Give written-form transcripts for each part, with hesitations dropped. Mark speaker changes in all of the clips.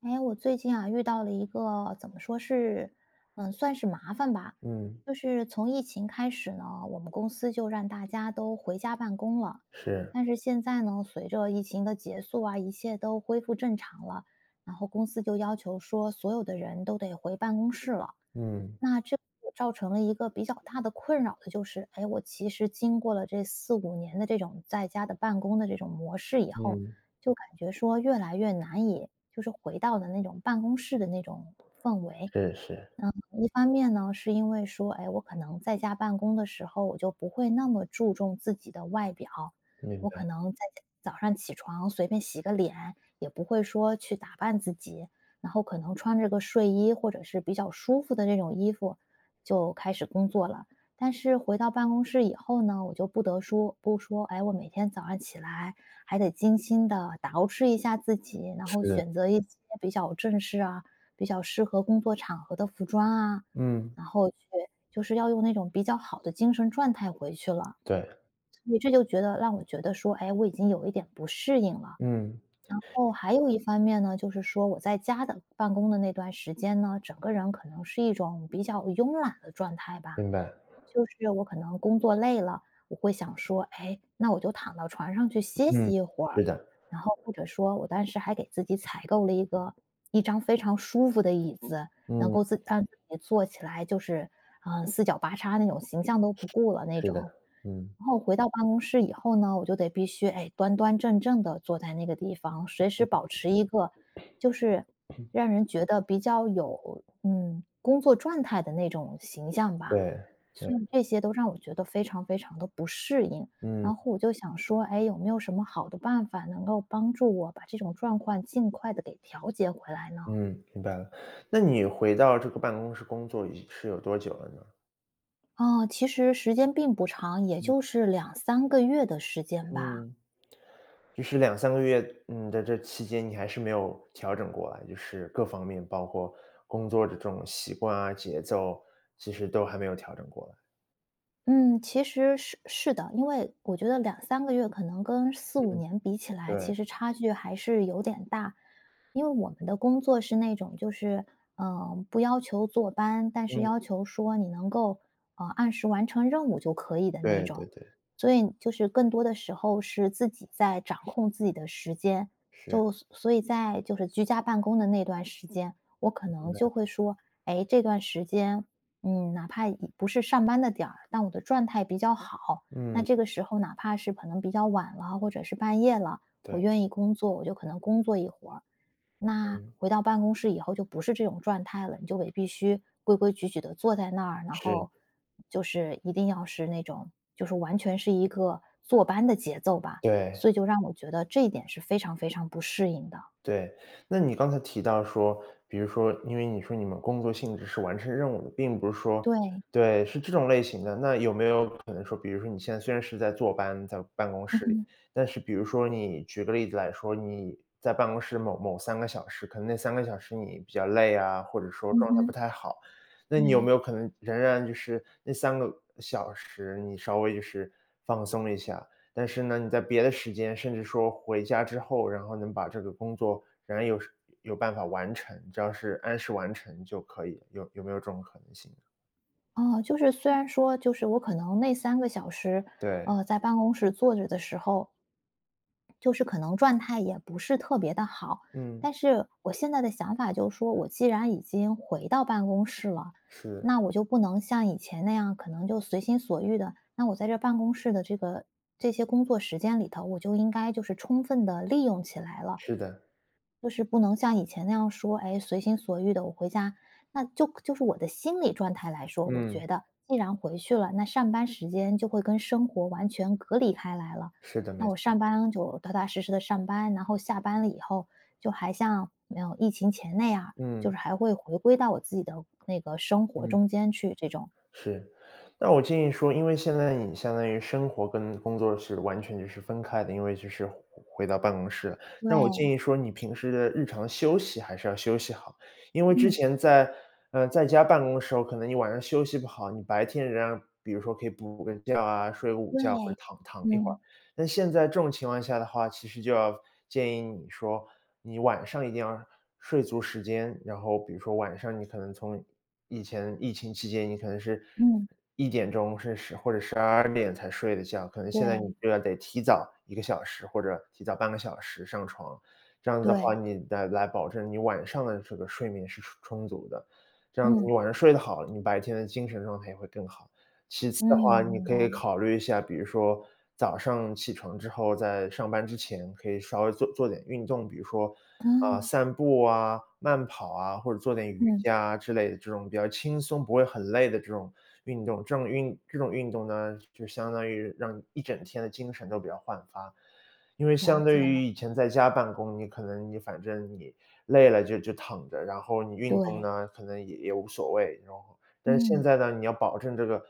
Speaker 1: 哎，我最近啊遇到了一个怎么说是，算是麻烦吧。
Speaker 2: 嗯，
Speaker 1: 就是从疫情开始呢，我们公司就让大家都回家办公了。
Speaker 2: 是，
Speaker 1: 但是现在呢，随着疫情的结束啊，一切都恢复正常了，然后公司就要求说所有的人都得回办公室了。
Speaker 2: 嗯，
Speaker 1: 那这造成了一个比较大的困扰的就是，哎，我其实经过了这四五年的这种在家的办公的这种模式以后，
Speaker 2: 嗯，
Speaker 1: 就感觉说越来越难以就是回到的那种办公室的那种氛围。
Speaker 2: 是是，
Speaker 1: 一方面呢，是因为说，哎，我可能在家办公的时候，我就不会那么注重自己的外表，
Speaker 2: 明
Speaker 1: 我可
Speaker 2: 白，
Speaker 1: 能在家早上起床随便洗个脸，也不会说去打扮自己，然后可能穿着个睡衣或者是比较舒服的这种衣服就开始工作了。但是回到办公室以后呢，我就不得说不说，哎，我每天早上起来还得精心的捯饬一下自己，然
Speaker 2: 是
Speaker 1: 后
Speaker 2: 的，
Speaker 1: 选择一些比较正式啊，比较适合工作场合的服装啊，
Speaker 2: 嗯，
Speaker 1: 然后去就是要用那种比较好的精神状态回去了。
Speaker 2: 对，
Speaker 1: 所以这就觉得让我觉得说，哎，我已经有一点不适应了。
Speaker 2: 嗯，
Speaker 1: 然后还有一方面呢，就是说我在家的办公的那段时间呢，整个人可能是一种比较慵懒的状态吧。
Speaker 2: 明白，
Speaker 1: 就是我可能工作累了，我会想说，哎，那我就躺到床上去歇息
Speaker 2: 嗯，
Speaker 1: 一会儿。
Speaker 2: 是的，
Speaker 1: 然后或者说我当时还给自己采购了一张非常舒服的椅子，能
Speaker 2: 嗯，
Speaker 1: 够自让自己坐起来就是，四脚八叉那种形象都不顾了那
Speaker 2: 是
Speaker 1: 种。
Speaker 2: 的，嗯，
Speaker 1: 然后回到办公室以后呢，我就得必须，哎，端端正正的坐在那个地方，随时保持一个就是让人觉得比较有，工作状态的那种形象
Speaker 2: 对，
Speaker 1: 吧。
Speaker 2: 对，
Speaker 1: 所以这些都让我觉得非常非常的不适应，
Speaker 2: 嗯，
Speaker 1: 然后我就想说，哎，有没有什么好的办法能够帮助我把这种状况尽快的给调节回来呢？
Speaker 2: 嗯，明白了。那你回到这个办公室工作已是有多久了呢？
Speaker 1: 啊，其实时间并不长，也
Speaker 2: 嗯
Speaker 1: 就是两三个月的时间吧。
Speaker 2: 嗯，就是两三个月，嗯，在这期间你还是没有调整过来，就是各方面，包括工作的这种习惯啊、节奏，其实都还没有调整过来。
Speaker 1: 嗯，其实是的，因为我觉得两三个月可能跟四五
Speaker 2: 嗯，
Speaker 1: 年比起来，其
Speaker 2: 对，
Speaker 1: 实差距还是有点大。因为我们的工作是那种就是，不要求坐班，但是
Speaker 2: 嗯，
Speaker 1: 要求说你能够，按时完成任务就可以的那
Speaker 2: 对
Speaker 1: 种。
Speaker 2: 对对，
Speaker 1: 所以就是更多的时候是自己在掌控自己的时间，
Speaker 2: 是。
Speaker 1: 所以在就是居家办公的那段时间，我可
Speaker 2: 明
Speaker 1: 能
Speaker 2: 白，
Speaker 1: 就会说，哎，这段时间哪怕已不是上班的点儿，但我的状态比较好，那
Speaker 2: 嗯，
Speaker 1: 这个时候哪怕是可能比较晚了，或者是半夜了，我
Speaker 2: 对，
Speaker 1: 愿意工作，我就可能工作一会儿。那
Speaker 2: 嗯，
Speaker 1: 回到办公室以后就不是这种状态了，你就得必须规规矩矩的坐在那儿，然
Speaker 2: 是，
Speaker 1: 后就是一定要是那种就是完全是一个坐班的节奏吧，
Speaker 2: 对，
Speaker 1: 所以就让我觉得这一点是非常非常不适应的。
Speaker 2: 对。那你刚才提到说，比如说，因为你说你们工作性质是完成任务的，并不是说，
Speaker 1: 对，
Speaker 2: 对，是这种类型的。那有没有可能说，比如说你现在虽然是在坐班，在办公
Speaker 1: 嗯
Speaker 2: 室里，
Speaker 1: 哼，
Speaker 2: 但是比如说你举个例子来说，你在办公室某某三个小时，可能那三个小时你比较累啊，或者说
Speaker 1: 嗯
Speaker 2: 状态不
Speaker 1: 哼，
Speaker 2: 太好，那你有
Speaker 1: 对。
Speaker 2: 没有可能仍然就是那三个小时你稍微就是放松一下？但是呢，你在别的时间，甚至说回家之后，然后能把这个工作仍然有办法完成，只要是按时完成就可以，有没有这种可能性呢？
Speaker 1: 哦，就是虽然说就是我可能那三个小时，
Speaker 2: 对，
Speaker 1: 在办公室坐着的时候，就是可能状态也不是特别的好。
Speaker 2: 嗯，
Speaker 1: 但是我现在的想法就是说，我既然已经回到办公室了，
Speaker 2: 是
Speaker 1: 那我就不能像以前那样，可能就随心所欲的。那我在这办公室的这些工作时间里头，我就应该就是充分的利用起来了。
Speaker 2: 是的，
Speaker 1: 就是不能像以前那样说，哎，随心所欲的我回家，那就是我的心理状态来说，我
Speaker 2: 嗯，
Speaker 1: 觉得既然回去了，那上班时间就会跟生活完全隔离开来了。
Speaker 2: 是的，
Speaker 1: 那
Speaker 2: 没
Speaker 1: 我
Speaker 2: 错，
Speaker 1: 上班就踏踏实实的上班，然后下班了以后，就还像没有疫情前那样，就
Speaker 2: 嗯，
Speaker 1: 是还会回归到我自己的那个生活
Speaker 2: 嗯。
Speaker 1: 中间去这种。
Speaker 2: 是，那我建议说，因为现在你相当于生活跟工作是完全就是分开的，因为就是回到办公室了。那我建
Speaker 1: 对，
Speaker 2: 议说，你平时的日常休息还是要休息好，因为之
Speaker 1: 嗯，
Speaker 2: 前在家办公的时候，可能你晚上休息不好，你白天仍然比如说可以补个觉啊，睡个午
Speaker 1: 对，
Speaker 2: 觉或者躺躺一会儿。
Speaker 1: 嗯，
Speaker 2: 但现在这种情况下的话，其实就要建议你说，你晚上一定要睡足时间，然后比如说晚上你可能从以前疫情期间，你可能是
Speaker 1: 嗯，
Speaker 2: 1点钟甚至或者12点才睡的觉，可能
Speaker 1: 对，
Speaker 2: 现在你就要得提早1个小时或者提早半个小时上床，这样子的话，
Speaker 1: 对，
Speaker 2: 你来保证你晚上的这个睡眠是充足的，这样子
Speaker 1: 嗯，
Speaker 2: 你晚上睡得好，你白天的精神状态也会更好。其次的话，
Speaker 1: 嗯，
Speaker 2: 你
Speaker 1: 明
Speaker 2: 可
Speaker 1: 白，
Speaker 2: 以考虑一下，比如说早上起床之后，在上班之前可以稍微做做点运动，比如说，
Speaker 1: 嗯，
Speaker 2: 散步啊、慢跑啊，或者做点瑜
Speaker 1: 嗯，
Speaker 2: 伽之类的这种比较轻松、不会很累的这种运动。这种运动呢，就相当于让你一整天的精神都比较焕发。因为
Speaker 1: 了
Speaker 2: 相对
Speaker 1: 解
Speaker 2: 于
Speaker 1: 了，
Speaker 2: 以前在家办公，你可能你反正你累了就躺着，然后你运动
Speaker 1: 对。
Speaker 2: 呢，可能也无所谓，但是现
Speaker 1: 嗯
Speaker 2: 在呢，你要保证这个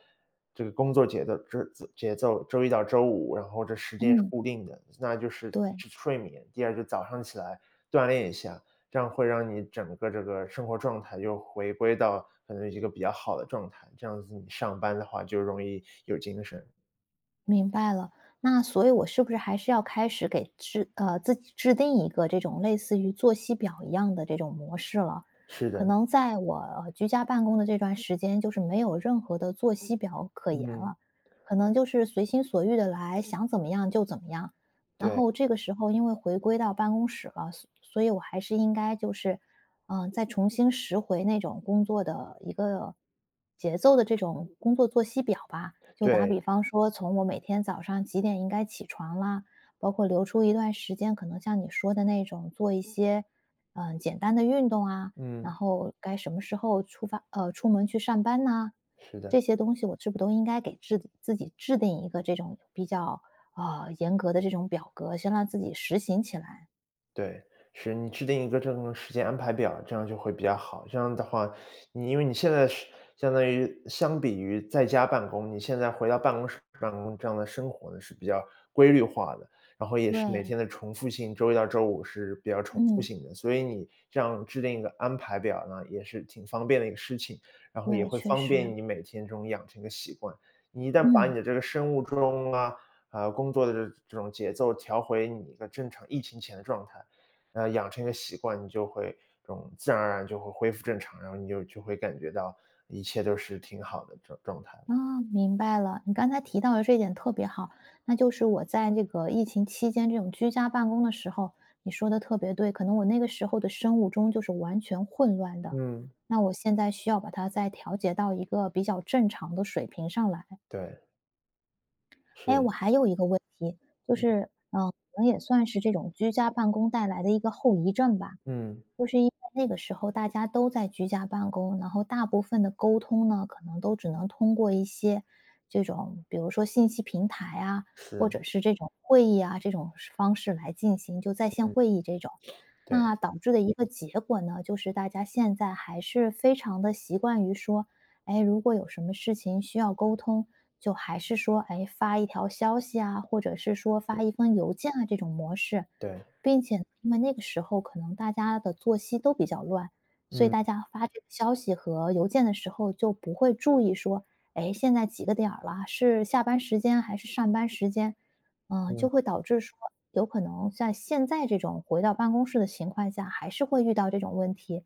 Speaker 2: 这个工作节奏，这节奏，周一到周五，然后这时间是
Speaker 1: 嗯，
Speaker 2: 固定的，那就是一
Speaker 1: 对，
Speaker 2: 直睡眠，第二就早上起来锻炼一下，这样会让你整个这个生活状态又回归到可能一个比较好的状态，这样子你上班的话就容易有精神。
Speaker 1: 明白了。那所以我是不是还是要开始给自己制定一个这种类似于作息表一样的这种模式了？
Speaker 2: 是
Speaker 1: 可
Speaker 2: 的，
Speaker 1: 能在我，居家办公的这段时间，就是没有任何的作息表可言
Speaker 2: 嗯，
Speaker 1: 了，可能就是随心所欲的来，想怎么样就怎么样。然
Speaker 2: 对
Speaker 1: 后这个时候因为回归到办公室了，所以我还是应该就是再重新拾回那种工作的一个节奏的这种工作作息表吧。就打比
Speaker 2: 对，
Speaker 1: 方说，从我每天早上几点应该起床啦，包括留出一段时间，可能像你说的那种做一些简单的运动啊，然
Speaker 2: 嗯，
Speaker 1: 后该什么时候出门去上班呐、
Speaker 2: 是的。
Speaker 1: 这些东西我是不是都应该给自己制定一个这种比较严格的这种表格，先让自己实行起来？
Speaker 2: 对，是你制定一个这种时间安排表，这样就会比较好。这样的话，因为你现在是相比于在家办公，你现在回到办公室办公这样的生活呢，是比较规律化的，然后也是每
Speaker 1: 对，
Speaker 2: 天的重复性，周一到周五是比较重复
Speaker 1: 嗯，
Speaker 2: 性的，所以你这样制定一个安排表呢，也是挺方便的一个事情，然后也
Speaker 1: 对，
Speaker 2: 会
Speaker 1: 确
Speaker 2: 方
Speaker 1: 实，
Speaker 2: 便你每天这种养成一个习惯。你一旦把你
Speaker 1: 嗯。
Speaker 2: 的这个生物钟啊，工作的这种节奏调回你一个正常疫情前的状态，养成一个习惯，你就会这种自然而然就会恢复正常，然后你就会感觉到一切都是挺好的状态了。
Speaker 1: 啊，明白了。你刚才提到的这一点特别好，那就是我在这个疫情期间这种居家办公的时候，你说的特别对，可能我那个时候的生物钟就是完全混乱的，
Speaker 2: 嗯，
Speaker 1: 那我现在需要把它再调节到一个比较正常的水平上来。
Speaker 2: 对，
Speaker 1: 哎，
Speaker 2: 是，
Speaker 1: 我还有一个问题，就是，可能也算是这种居家办公带来的一个后遗症吧。
Speaker 2: 嗯，
Speaker 1: 就是因为那个时候大家都在居家办公，然后大部分的沟通呢，可能都只能通过一些这种，比如说信息平台啊，或
Speaker 2: 是，
Speaker 1: 者是这种会议啊这种是方式来进行，就在线
Speaker 2: 嗯，
Speaker 1: 会议这种。
Speaker 2: 对，
Speaker 1: 那导致的一个结果呢，就是大家现在还是非常的习惯于说，哎，如果有什么事情需要沟通，就还是说，哎，发一条消息啊，或者是说发一封邮件啊这种模式。
Speaker 2: 对，
Speaker 1: 并且呢因为那个时候可能大家的作息都比较乱，所以
Speaker 2: 嗯，
Speaker 1: 大家发这个消息和邮件的时候就不会注意说，哎，现在几个点儿了，是下班时间还是上班时间？就
Speaker 2: 嗯，
Speaker 1: 会导致说，有可能在现在这种回到办公室的情况下，还是会遇到这种问题。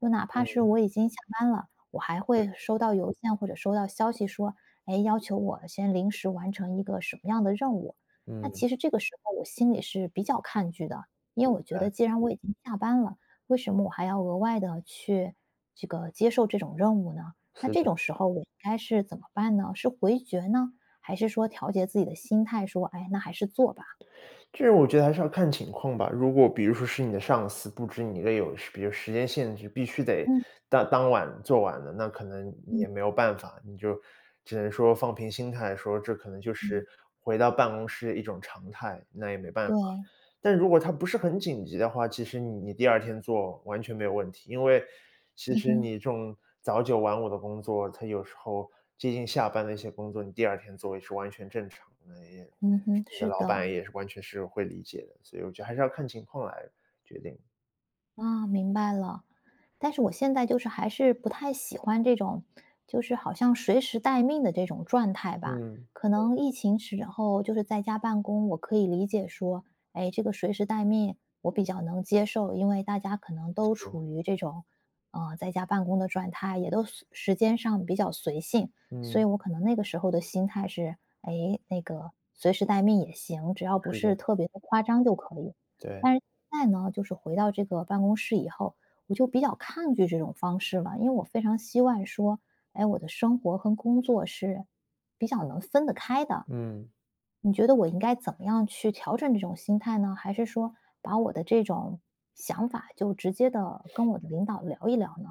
Speaker 1: 就哪怕是
Speaker 2: 嗯，
Speaker 1: 我已经下班了，我还
Speaker 2: 对，
Speaker 1: 会收到邮件或者收到消息说，哎，要求我先临时完成一个什么样的任务。那
Speaker 2: 嗯，
Speaker 1: 其实这个时候我心里是比较抗拒的，因为我觉得
Speaker 2: 对，
Speaker 1: 既然我已经下班了，为什么我还要额外的去这个接受这种任务呢？那
Speaker 2: 是
Speaker 1: 这
Speaker 2: 的。
Speaker 1: 种时候我应该是怎么办呢？是回绝呢，还是说调节自己的心态，说，哎，那还是做吧。
Speaker 2: 这我觉得还是要看情况吧。如果比如说是你的上司布置你一个比如时间限制，必须得
Speaker 1: 嗯
Speaker 2: 当晚做完的，那可能你
Speaker 1: 嗯
Speaker 2: 也没有办法，你就只能说放平心态，说这可能就
Speaker 1: 嗯，
Speaker 2: 是回到办公室的一种常态，那也没办
Speaker 1: 对，
Speaker 2: 法。但如果它不是很紧急的话，其实你第二天做完全没有问题。因为其
Speaker 1: 嗯
Speaker 2: 实
Speaker 1: 哼
Speaker 2: 你这种早九晚五的工作，它有时候接近下班的一些工作，你第二天做也是完全正常的，
Speaker 1: 嗯哼，
Speaker 2: 你的
Speaker 1: 是
Speaker 2: 老
Speaker 1: 的。
Speaker 2: 板也是完全是会理解的。所以我觉得还是要看情况来决定。
Speaker 1: 啊，明白了。但是我现在就是还是不太喜欢这种，就是好像随时待命的这种状态吧。
Speaker 2: 嗯，
Speaker 1: 可能疫情时候就是在家办公，我可以理解说，哎，这个随时待命我比较能接受，因为大家可能都
Speaker 2: 对，
Speaker 1: 处于这种，在家办公的状态，也都时间上比较随性，所以
Speaker 2: 嗯，
Speaker 1: 我可能那个时候的心态是，哎，那个随时待命也行，只要不
Speaker 2: 是
Speaker 1: 是
Speaker 2: 的，
Speaker 1: 特别的夸张就可以。
Speaker 2: 对，
Speaker 1: 但是现在呢，就是回到这个办公室以后，我就比较抗拒这种方式了，因为我非常希望说，哎，我的生活和工作是比较能分得开的。
Speaker 2: 嗯。
Speaker 1: 你觉得我应该怎么样去调整这种心态呢？还是说把我的这种想法就直接的跟我的领导聊一聊呢？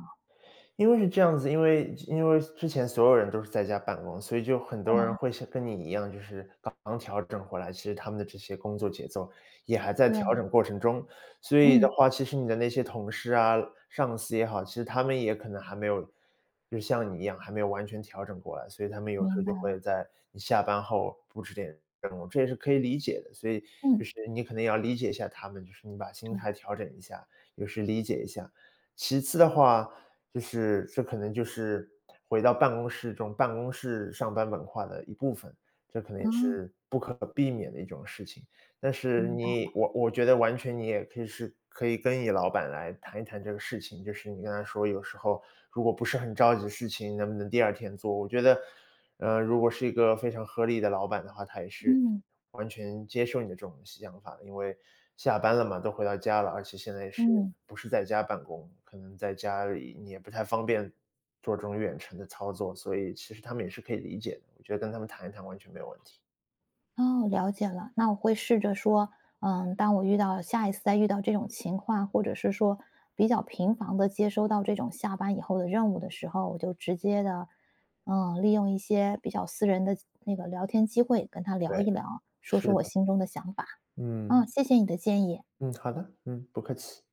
Speaker 2: 因为是这样子，因为之前所有人都是在家办公，所以就很多人
Speaker 1: 对
Speaker 2: 会像跟你一样，就是刚调整回来，其实他们的这些工作节奏也还在调
Speaker 1: 对，
Speaker 2: 整过程中。所以的
Speaker 1: 嗯，
Speaker 2: 话，其实你的那些同事啊、上司也好，其实他们也可能还没有，就是像你一样，还没有完全调整过来，所以他们有时
Speaker 1: 明
Speaker 2: 候
Speaker 1: 白，
Speaker 2: 就会在你下班后布置点任务，这也是可以理解的。所以就
Speaker 1: 嗯，
Speaker 2: 是你可能也要理解一下他们，就是你把心
Speaker 1: 对，
Speaker 2: 态调整一下，有时理解一下。其次的话，就是这可能就是回到办公室中，办公室上班文化的一部分，这可能
Speaker 1: 啊，
Speaker 2: 也是不可避免的一种事情。但是
Speaker 1: 明白，
Speaker 2: 我觉得完全你也可以跟你老板来谈一谈这个事情，就是你跟他说，有时候如果不是很着急的事情，能不能第二天做？我觉得，如果是一个非常合理的老板的话，他也是
Speaker 1: 嗯
Speaker 2: 完全接受你的这种想法，因为下班了嘛，都回到家了，而且现在是
Speaker 1: 嗯。
Speaker 2: 不是在家办公，可能在家里你也不太方便做这种远程的操作，所以其实他们也是可以理解的，我觉得跟他们谈一谈完全没有问题。
Speaker 1: 哦，了解了。那我会试着说，当我遇到下一次再遇到这种情况，或者是说比较频繁的接收到这种下班以后的任务的时候，我就直接的，利用一些比较私人的那个聊天机会跟他聊
Speaker 2: 对，
Speaker 1: 一聊，说
Speaker 2: 是
Speaker 1: 说我
Speaker 2: 的，
Speaker 1: 心中的想法。嗯，
Speaker 2: 嗯，
Speaker 1: 谢谢你的建议。
Speaker 2: 嗯，好的，嗯，不客气。